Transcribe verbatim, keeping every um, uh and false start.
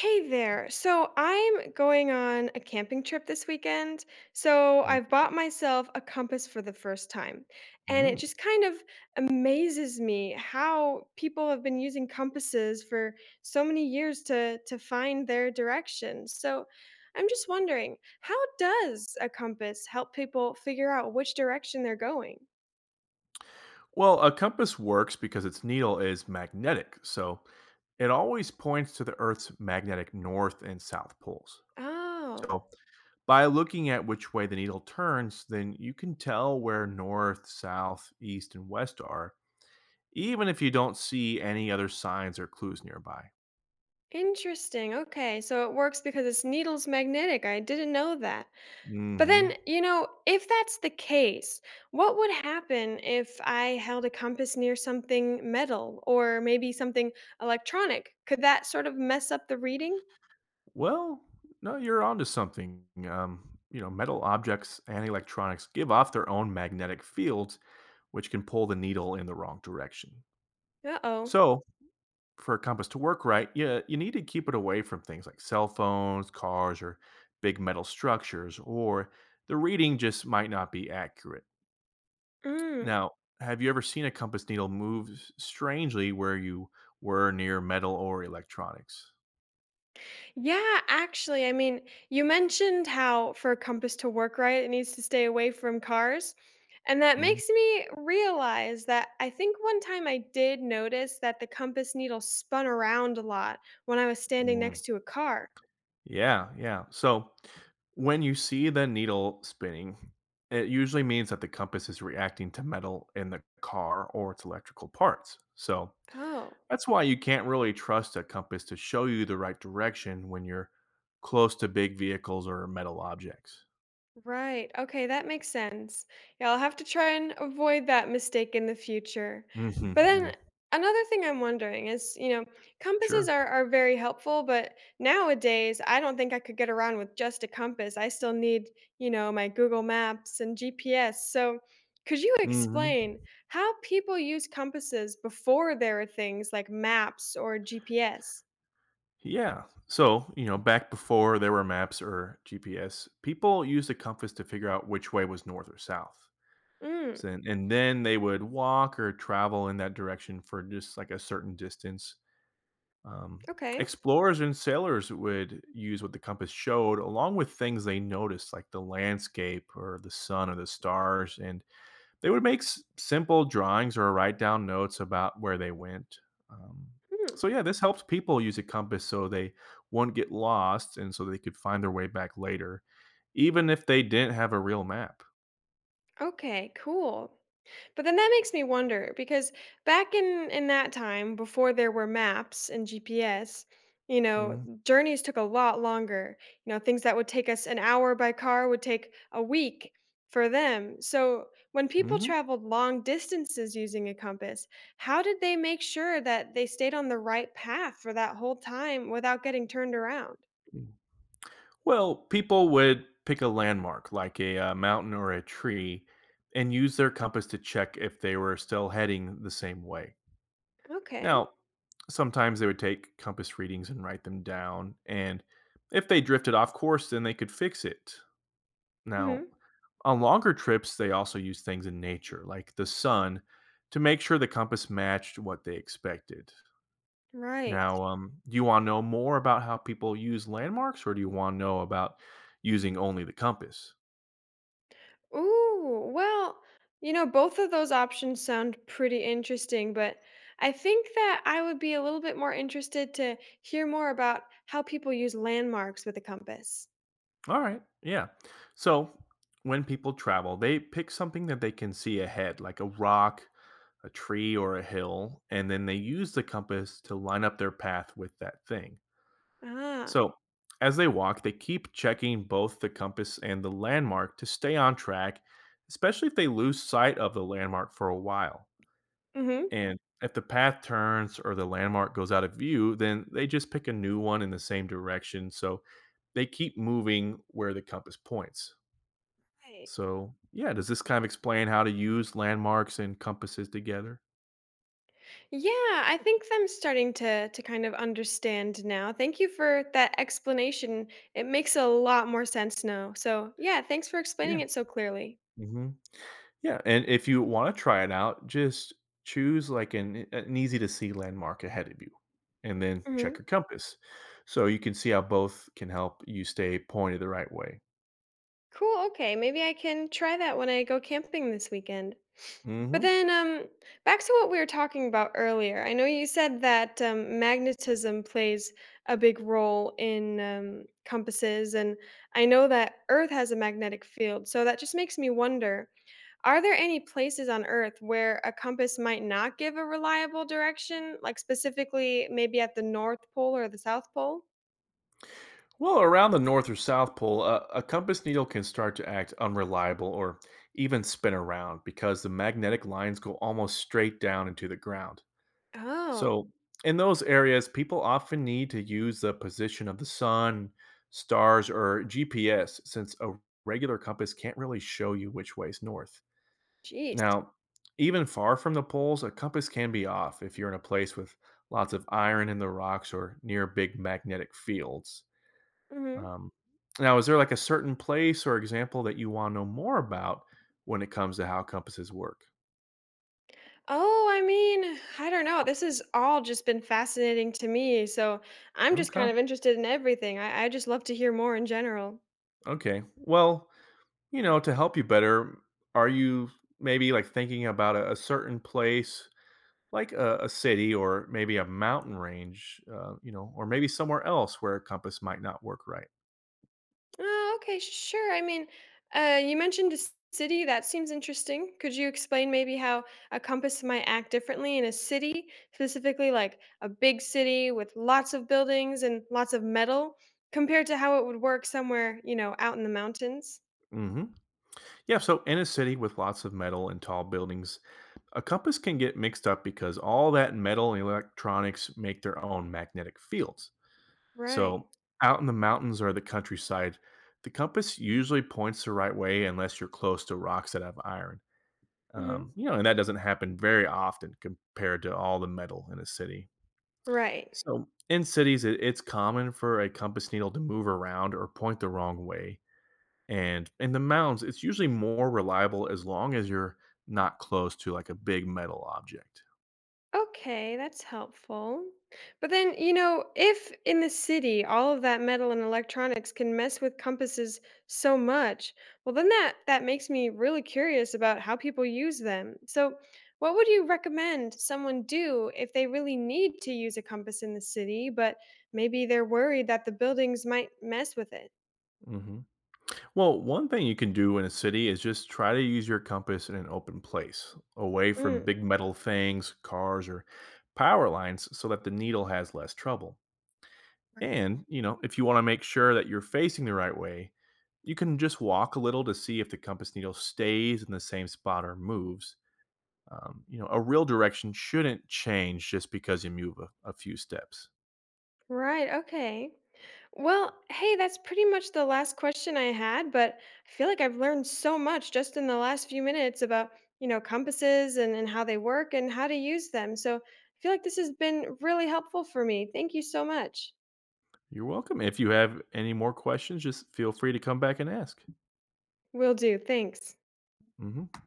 Hey there. So I'm going on a camping trip this weekend. So Mm. I've bought myself a compass for the first time. And it Mm. just kind of amazes me how people have been using compasses for so many years to to find their direction. So I'm just wondering, how does a compass help people figure out which direction they're going? Well, a compass works because its needle is magnetic, so it always points to the Earth's magnetic north and south poles. Oh, So, by looking at which way the needle turns, then you can tell where north, south, east, and west are, even if you don't see any other signs or clues nearby. interesting. Okay. So it works because it's needles magnetic. I didn't know that. But Hmm then, you know, if that's the case, what would happen if I held a compass near something metal or maybe something electronic? Could that sort of mess up the reading? Well, no, you're onto something. Um, you know, metal objects and electronics give off their own magnetic fields, which can pull the needle in the wrong direction. Uh-oh. So, for a compass to work right, you, you need to keep it away from things like cell phones, cars, or big metal structures, or the reading just might not be accurate. Mm. Now, have you ever seen a compass needle move s- strangely where you were near metal or electronics? Yeah, actually, I mean, you mentioned how for a compass to work right, it needs to stay away from cars. And that Mm, makes me realize that I think one time I did notice that the compass needle spun around a lot when I was standing mm. next to a car. Yeah, yeah. So, when you see the needle spinning, it usually means that the compass is reacting to metal in the car or its electrical parts. So, Oh. that's why you can't really trust a compass to show you the right direction when you're close to big vehicles or metal objects. Right. Okay, that makes sense. Yeah, I'll have to try and avoid that mistake in the future. Hmm But Yeah, then another thing I'm wondering is, you know, compasses sure. are, are very helpful, but nowadays I don't think I could get around with just a compass. I still need, you know, my Google Maps and G P S. So could you hmm explain how people use compasses before there were things like maps or G P S? Yeah. So, you know, back before there were maps or G P S, people used a compass to figure out which way was north or south. Mm, So, and and then they would walk or travel in that direction for just like a certain distance. Um, okay. explorers and sailors would use what the compass showed along with things they noticed like the landscape or the sun or the stars, and they would make s- simple drawings or write down notes about where they went. um, Hmm. so, yeah, this helps people use a compass so they won't get lost and so they could find their way back later, even if they didn't have a real map. Okay, cool. But then that makes me wonder because back in in that time before there were maps and G P S, you know, Mm-hmm. journeys took a lot longer. You know, things that would take us an hour by car would take a week for them. So, when people Mm-hmm. traveled long distances using a compass, how did they make sure that they stayed on the right path for that whole time without getting turned around? Well, people would pick a landmark like a uh, mountain or a tree and use their compass to check if they were still heading the same way. Okay. Now, sometimes they would take compass readings and write them down, and if they drifted off course, then they could fix it. Now, Mhm. on longer trips, they also used things in nature, like the sun, to make sure the compass matched what they expected. Right. Now, um, do you want to know more about how people use landmarks, or do you want to know about using only the compass? Ooh, well, you know, both of those options sound pretty interesting, but I think that I would be a little bit more interested to hear more about how people use landmarks with a compass. All right. Yeah. So when people travel, they pick something that they can see ahead, like a rock, a tree, or a hill, and then they use the compass to line up their path with that thing. Ah, So as they walk, they keep checking both the compass and the landmark to stay on track, especially if they lose sight of the landmark for a while. mm-hmm. And if the path turns or the landmark goes out of view, then they just pick a new one in the same direction. So they keep moving where the compass points. Right. So, yeah, does this kind of explain how to use landmarks and compasses together? Yeah, I think I'm starting to to kind of understand now. Thank you for that explanation. It makes a lot more sense now. So, yeah, thanks for explaining Yeah. it so clearly. hmm Yeah. And if you want to try it out, just choose like an, eh, an easy to see landmark ahead of you and then check Hmm. your compass. So you can see how both can help you stay pointed the right way. Cool. Okay, maybe I can try that when I go camping this weekend. But Hmm then, um, back to what we were talking about earlier. I know you said that um, magnetism plays a big role in um, compasses, and I know that Earth has a magnetic field. So that just makes me wonder, are there any places on Earth where a compass might not give a reliable direction, like specifically maybe at the North Pole or the South Pole? Well, around the North or South Pole, a, a compass needle can start to act unreliable or even spin around because the magnetic lines go almost straight down into the ground. Oh, So, in those areas, people often need to use the position of the sun, stars, or G P S, since a regular compass can't really show you which way is north. geez. Now, even far from the poles, a compass can be off if you're in a place with lots of iron in the rocks or near big magnetic fields. Um, now, is there like a certain place or example that you want to know more about when it comes to how compasses work? Oh, I mean, I don't know. This has all just been fascinating to me. So I'm just Okay. kind of interested in everything. I, I just love to hear more in general. Okay. Well, you know, to help you better, are you maybe like thinking about a, a certain place, like a, a city or maybe a mountain range, uh, you know, or maybe somewhere else where a compass might not work right? Oh, okay, sure. I mean, uh, you mentioned a c- city. That seems interesting. Could you explain maybe how a compass might act differently in a city, specifically like a big city with lots of buildings and lots of metal, compared to how it would work somewhere, you know, out in the mountains? hmm Yeah, so in a city with lots of metal and tall buildings, a compass can get mixed up because all that metal and electronics make their own magnetic fields. Right. So out in the mountains or the countryside, the compass usually points the right way unless you're close to rocks that have iron. Mm-hmm. Um, you know, and that doesn't happen very often compared to all the metal in a city. Right. So in cities, it, it's common for a compass needle to move around or point the wrong way. And in the mounds, it's usually more reliable as long as you're not close to like a big metal object. Okay, that's helpful. But then, you know, if in the city all of that metal and electronics can mess with compasses so much, well then that that makes me really curious about how people use them. So, what would you recommend someone do if they really need to use a compass in the city, but maybe they're worried that the buildings might mess with it? Hmm Well, one thing you can do in a city is just try to use your compass in an open place, away from Mm, big metal things, cars, or power lines, so that the needle has less trouble. And, you know, if you want to make sure that you're facing the right way, you can just walk a little to see if the compass needle stays in the same spot or moves. Um, you know, a real direction shouldn't change just because you move a, a few steps. right, okay. Well, hey, that's pretty much the last question I had, but I feel like I've learned so much just in the last few minutes about, you know, compasses and, and how they work and how to use them. So I feel like this has been really helpful for me. Thank you so much. You're welcome. If you have any more questions, just feel free to come back and ask. Will do. Thanks. Hmm